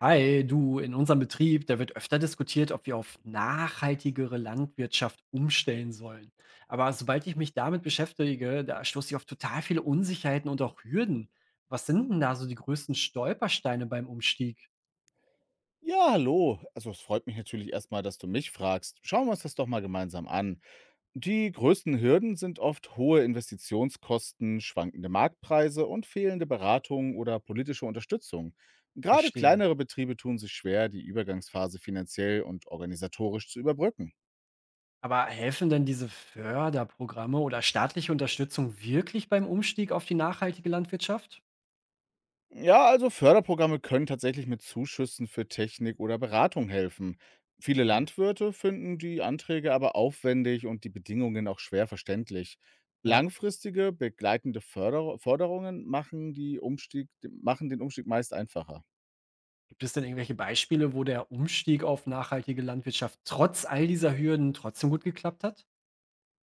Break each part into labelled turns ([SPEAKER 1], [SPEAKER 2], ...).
[SPEAKER 1] Hi, du, in unserem Betrieb, da wird öfter diskutiert, ob wir auf nachhaltigere Landwirtschaft umstellen sollen. Aber sobald ich mich damit beschäftige, da stoße ich auf total viele Unsicherheiten und auch Hürden. Was sind denn da so die größten Stolpersteine beim Umstieg?
[SPEAKER 2] Ja, hallo. Also es freut mich natürlich erstmal, dass du mich fragst. Schauen wir uns das doch mal gemeinsam an. Die größten Hürden sind oft hohe Investitionskosten, schwankende Marktpreise und fehlende Beratung oder politische Unterstützung. Gerade
[SPEAKER 1] Verstehe.
[SPEAKER 2] kleinere Betriebe tun sich schwer, die Übergangsphase finanziell und organisatorisch zu überbrücken.
[SPEAKER 1] Aber helfen denn diese Förderprogramme oder staatliche Unterstützung wirklich beim Umstieg auf die nachhaltige Landwirtschaft?
[SPEAKER 2] Ja, also Förderprogramme können tatsächlich mit Zuschüssen für Technik oder Beratung helfen. Viele
[SPEAKER 1] Okay.
[SPEAKER 2] Landwirte finden die Anträge aber aufwendig und die Bedingungen auch schwer verständlich.
[SPEAKER 1] Ja.
[SPEAKER 2] Langfristige begleitende Förder Forderungen machen den Umstieg meist einfacher.
[SPEAKER 1] Gibt es denn irgendwelche Beispiele, wo der Umstieg auf nachhaltige Landwirtschaft trotz all dieser Hürden trotzdem gut geklappt hat?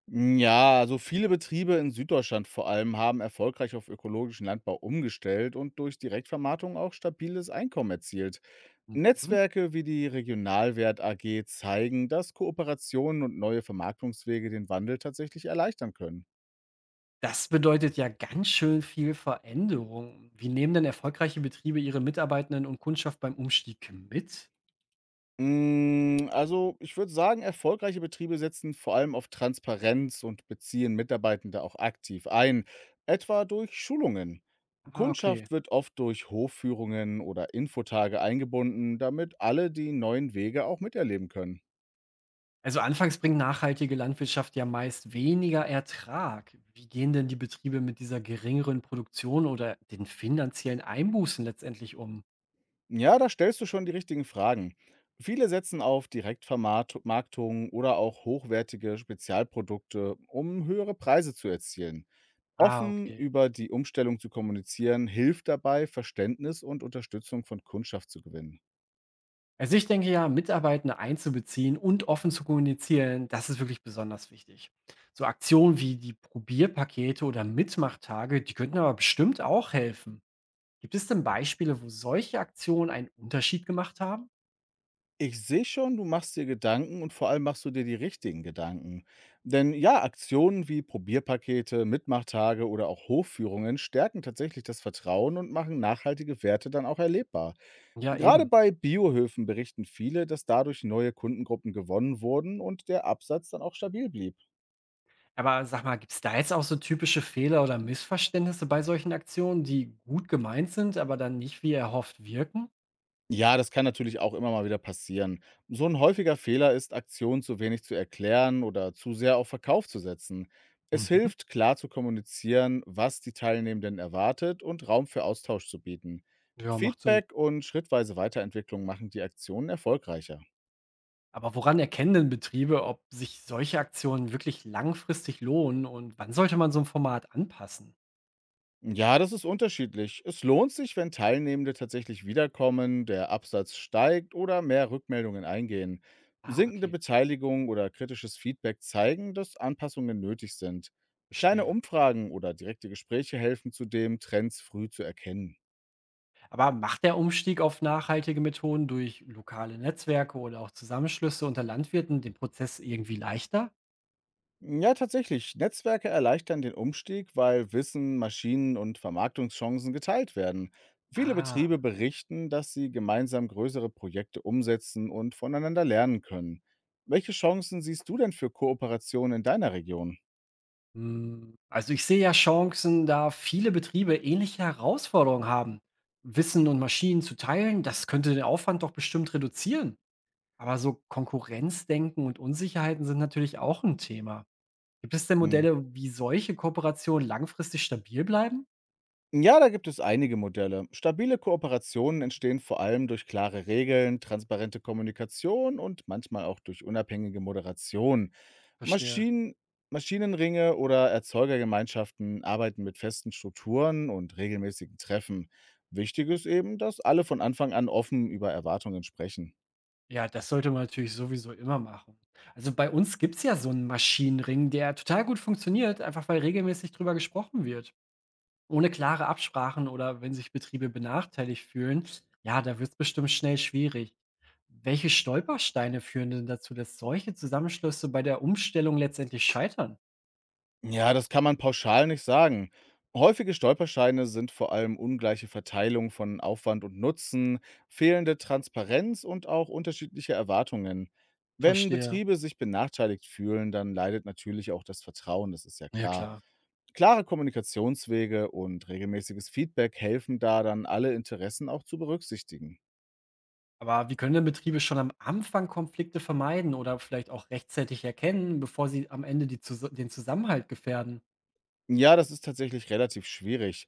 [SPEAKER 2] Ja, also viele Betriebe in Süddeutschland vor allem haben erfolgreich auf ökologischen Landbau umgestellt und durch Direktvermarktung auch stabiles Einkommen erzielt.
[SPEAKER 1] Mhm.
[SPEAKER 2] Netzwerke wie die Regionalwert AG zeigen, dass Kooperationen und neue Vermarktungswege den Wandel tatsächlich erleichtern können.
[SPEAKER 1] Das bedeutet ja ganz schön viel Veränderung. Wie nehmen denn erfolgreiche Betriebe ihre Mitarbeitenden und Kundschaft beim Umstieg mit?
[SPEAKER 2] Also ich würde sagen, erfolgreiche Betriebe setzen vor allem auf Transparenz und beziehen Mitarbeitende auch aktiv ein, etwa durch Schulungen.
[SPEAKER 1] Ah, okay.
[SPEAKER 2] Kundschaft wird oft durch Hofführungen oder Infotage eingebunden, damit alle die neuen Wege auch miterleben können.
[SPEAKER 1] Also anfangs bringt nachhaltige Landwirtschaft ja meist weniger Ertrag. Wie gehen denn die Betriebe mit dieser geringeren Produktion oder den finanziellen Einbußen letztendlich um?
[SPEAKER 2] Ja, da stellst du schon die richtigen Fragen. Viele setzen auf Direktvermarktung oder auch hochwertige Spezialprodukte, um höhere Preise zu erzielen.
[SPEAKER 1] Ah,
[SPEAKER 2] Offen
[SPEAKER 1] okay.
[SPEAKER 2] über die Umstellung zu kommunizieren, hilft dabei, Verständnis und Unterstützung von Kundschaft zu gewinnen.
[SPEAKER 1] Also ich denke ja, Mitarbeitende einzubeziehen und offen zu kommunizieren, das ist wirklich besonders wichtig. So Aktionen wie die Probierpakete oder Mitmachtage, die könnten aber bestimmt auch helfen. Gibt es denn Beispiele, wo solche Aktionen einen Unterschied gemacht haben?
[SPEAKER 2] Ich sehe schon, du machst dir Gedanken und vor allem machst du dir die richtigen Gedanken. Denn ja, Aktionen wie Probierpakete, Mitmachtage oder auch Hofführungen stärken tatsächlich das Vertrauen und machen nachhaltige Werte dann auch erlebbar.
[SPEAKER 1] Ja,
[SPEAKER 2] Gerade
[SPEAKER 1] eben.
[SPEAKER 2] bei Biohöfen berichten viele, dass dadurch neue Kundengruppen gewonnen wurden und der Absatz dann auch stabil blieb.
[SPEAKER 1] Aber sag mal, gibt es da jetzt auch so typische Fehler oder Missverständnisse bei solchen Aktionen, die gut gemeint sind, aber dann nicht wie erhofft wirken?
[SPEAKER 2] Ja, das kann natürlich auch immer mal wieder passieren. So ein häufiger Fehler ist, Aktionen zu wenig zu erklären oder zu sehr auf Verkauf zu setzen. Es
[SPEAKER 1] Mhm.
[SPEAKER 2] hilft, klar zu kommunizieren, was die Teilnehmenden erwartet und Raum für Austausch zu bieten.
[SPEAKER 1] Ja, macht Sinn.
[SPEAKER 2] Feedback und schrittweise Weiterentwicklung machen die Aktionen erfolgreicher.
[SPEAKER 1] Aber woran erkennen denn Betriebe, ob sich solche Aktionen wirklich langfristig lohnen und wann sollte man so ein Format anpassen?
[SPEAKER 2] Ja, das ist unterschiedlich. Es lohnt sich, wenn Teilnehmende tatsächlich wiederkommen, der Absatz steigt oder mehr Rückmeldungen eingehen.
[SPEAKER 1] Ah,
[SPEAKER 2] Sinkende
[SPEAKER 1] okay,
[SPEAKER 2] Beteiligung oder kritisches Feedback zeigen, dass Anpassungen nötig sind. Kleine
[SPEAKER 1] verstehe.
[SPEAKER 2] Umfragen oder direkte Gespräche helfen zudem, Trends früh zu erkennen.
[SPEAKER 1] Aber macht der Umstieg auf nachhaltige Methoden durch lokale Netzwerke oder auch Zusammenschlüsse unter Landwirten den Prozess irgendwie leichter?
[SPEAKER 2] Ja, tatsächlich. Netzwerke erleichtern den Umstieg, weil Wissen, Maschinen und Vermarktungschancen geteilt werden. Viele
[SPEAKER 1] Ah.
[SPEAKER 2] Betriebe berichten, dass sie gemeinsam größere Projekte umsetzen und voneinander lernen können. Welche Chancen siehst du denn für Kooperation in deiner Region?
[SPEAKER 1] Hm, also ich sehe ja Chancen, da viele Betriebe ähnliche Herausforderungen haben. Wissen und Maschinen zu teilen, das könnte den Aufwand doch bestimmt reduzieren. Aber so Konkurrenzdenken und Unsicherheiten sind natürlich auch ein Thema. Gibt es denn Modelle, wie solche Kooperationen langfristig stabil bleiben?
[SPEAKER 2] Ja, da gibt es einige Modelle. Stabile Kooperationen entstehen vor allem durch klare Regeln, transparente Kommunikation und manchmal auch durch unabhängige Moderation.
[SPEAKER 1] Verstehe.
[SPEAKER 2] Maschinen, Maschinenringe oder Erzeugergemeinschaften arbeiten mit festen Strukturen und regelmäßigen Treffen. Wichtig ist eben, dass alle von Anfang an offen über Erwartungen sprechen.
[SPEAKER 1] Ja, das sollte man natürlich sowieso immer machen. Also bei uns gibt es ja so einen Maschinenring, der total gut funktioniert, einfach weil regelmäßig drüber gesprochen wird. Ohne klare Absprachen oder wenn sich Betriebe benachteiligt fühlen, ja, da wird es bestimmt schnell schwierig. Welche Stolpersteine führen denn dazu, dass solche Zusammenschlüsse bei der Umstellung letztendlich scheitern?
[SPEAKER 2] Ja, das kann man pauschal nicht sagen. Häufige Stolpersteine sind vor allem ungleiche Verteilung von Aufwand und Nutzen, fehlende Transparenz und auch unterschiedliche Erwartungen. Wenn
[SPEAKER 1] Verstehe.
[SPEAKER 2] Betriebe sich benachteiligt fühlen, dann leidet natürlich auch das Vertrauen, das ist ja
[SPEAKER 1] Ja,
[SPEAKER 2] klar.
[SPEAKER 1] klar.
[SPEAKER 2] Klare Kommunikationswege und regelmäßiges Feedback helfen da dann, alle Interessen auch zu berücksichtigen.
[SPEAKER 1] Aber wie können denn Betriebe schon am Anfang Konflikte vermeiden oder vielleicht auch rechtzeitig erkennen, bevor sie am Ende den Zusammenhalt gefährden?
[SPEAKER 2] Ja, das ist tatsächlich relativ schwierig.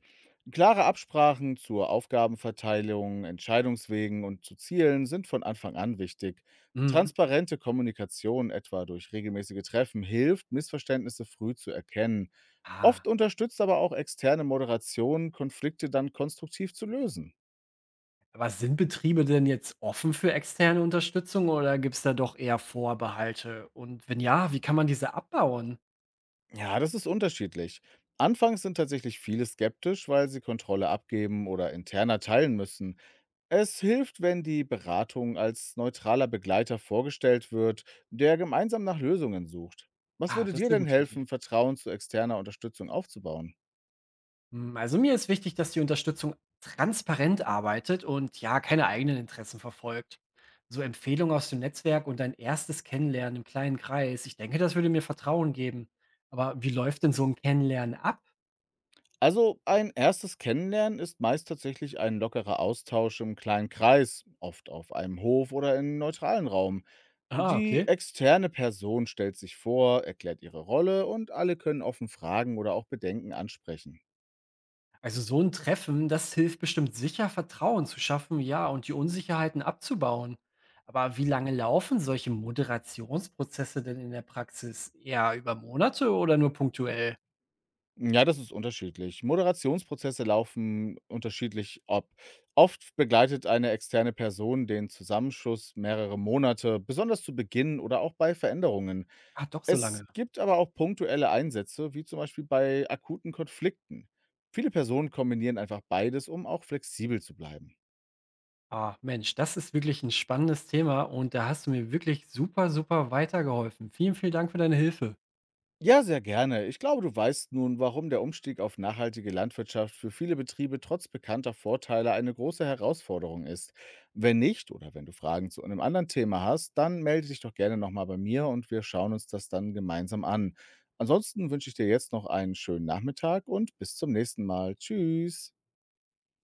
[SPEAKER 2] Klare Absprachen zur Aufgabenverteilung, Entscheidungswegen und zu Zielen sind von Anfang an wichtig.
[SPEAKER 1] Mhm.
[SPEAKER 2] Transparente Kommunikation, etwa durch regelmäßige Treffen, hilft, Missverständnisse früh zu erkennen. Oft
[SPEAKER 1] Ah,
[SPEAKER 2] unterstützt aber auch externe Moderation, Konflikte dann konstruktiv zu lösen.
[SPEAKER 1] aber sind Betriebe denn jetzt offen für externe Unterstützung oder gibt es da doch eher Vorbehalte? Und wenn ja, wie kann man diese abbauen?
[SPEAKER 2] Ja, das ist unterschiedlich. Anfangs sind tatsächlich viele skeptisch, weil sie Kontrolle abgeben oder interner teilen müssen. Es hilft, wenn die Beratung als neutraler Begleiter vorgestellt wird, der gemeinsam nach Lösungen sucht. Was
[SPEAKER 1] Ah,
[SPEAKER 2] würde
[SPEAKER 1] das ist
[SPEAKER 2] dir
[SPEAKER 1] eine
[SPEAKER 2] denn
[SPEAKER 1] gute Idee.
[SPEAKER 2] helfen, Vertrauen zu externer Unterstützung aufzubauen?
[SPEAKER 1] Hm, also mir ist wichtig, dass die Unterstützung transparent arbeitet und ja, keine eigenen Interessen verfolgt. So Empfehlungen aus dem Netzwerk und ein erstes Kennenlernen im kleinen Kreis. Ich denke, das würde mir Vertrauen geben. Aber wie läuft denn so ein Kennenlernen ab?
[SPEAKER 2] Also ein erstes Kennenlernen ist meist tatsächlich ein lockerer Austausch im kleinen Kreis, oft auf einem Hof oder in einem neutralen Raum.
[SPEAKER 1] Ah,
[SPEAKER 2] Die
[SPEAKER 1] okay.
[SPEAKER 2] externe Person stellt sich vor, erklärt ihre Rolle und alle können offen Fragen oder auch Bedenken ansprechen.
[SPEAKER 1] Also so ein Treffen, das hilft bestimmt sicher, Vertrauen zu schaffen, ja, und die Unsicherheiten abzubauen. Aber wie lange laufen solche Moderationsprozesse denn in der Praxis? Eher über Monate oder nur punktuell?
[SPEAKER 2] Ja, das ist unterschiedlich. Moderationsprozesse laufen unterschiedlich ab. Oft begleitet eine externe Person den Zusammenschluss mehrere Monate, besonders zu Beginn oder auch bei Veränderungen.
[SPEAKER 1] Ah, doch so
[SPEAKER 2] Es
[SPEAKER 1] lange.
[SPEAKER 2] gibt aber auch punktuelle Einsätze, wie zum Beispiel bei akuten Konflikten. Viele Personen kombinieren einfach beides, um auch flexibel zu bleiben.
[SPEAKER 1] Ah, Mensch, das ist wirklich ein spannendes Thema und da hast du mir wirklich super weitergeholfen. Vielen, vielen Dank für deine Hilfe.
[SPEAKER 2] Ja, sehr gerne. Ich glaube, du weißt nun, warum der Umstieg auf nachhaltige Landwirtschaft für viele Betriebe trotz bekannter Vorteile eine große Herausforderung ist. Wenn nicht oder wenn du Fragen zu einem anderen Thema hast, dann melde dich doch gerne nochmal bei mir und wir schauen uns das dann gemeinsam an. Ansonsten wünsche ich dir jetzt noch einen schönen Nachmittag und bis zum nächsten Mal. Tschüss.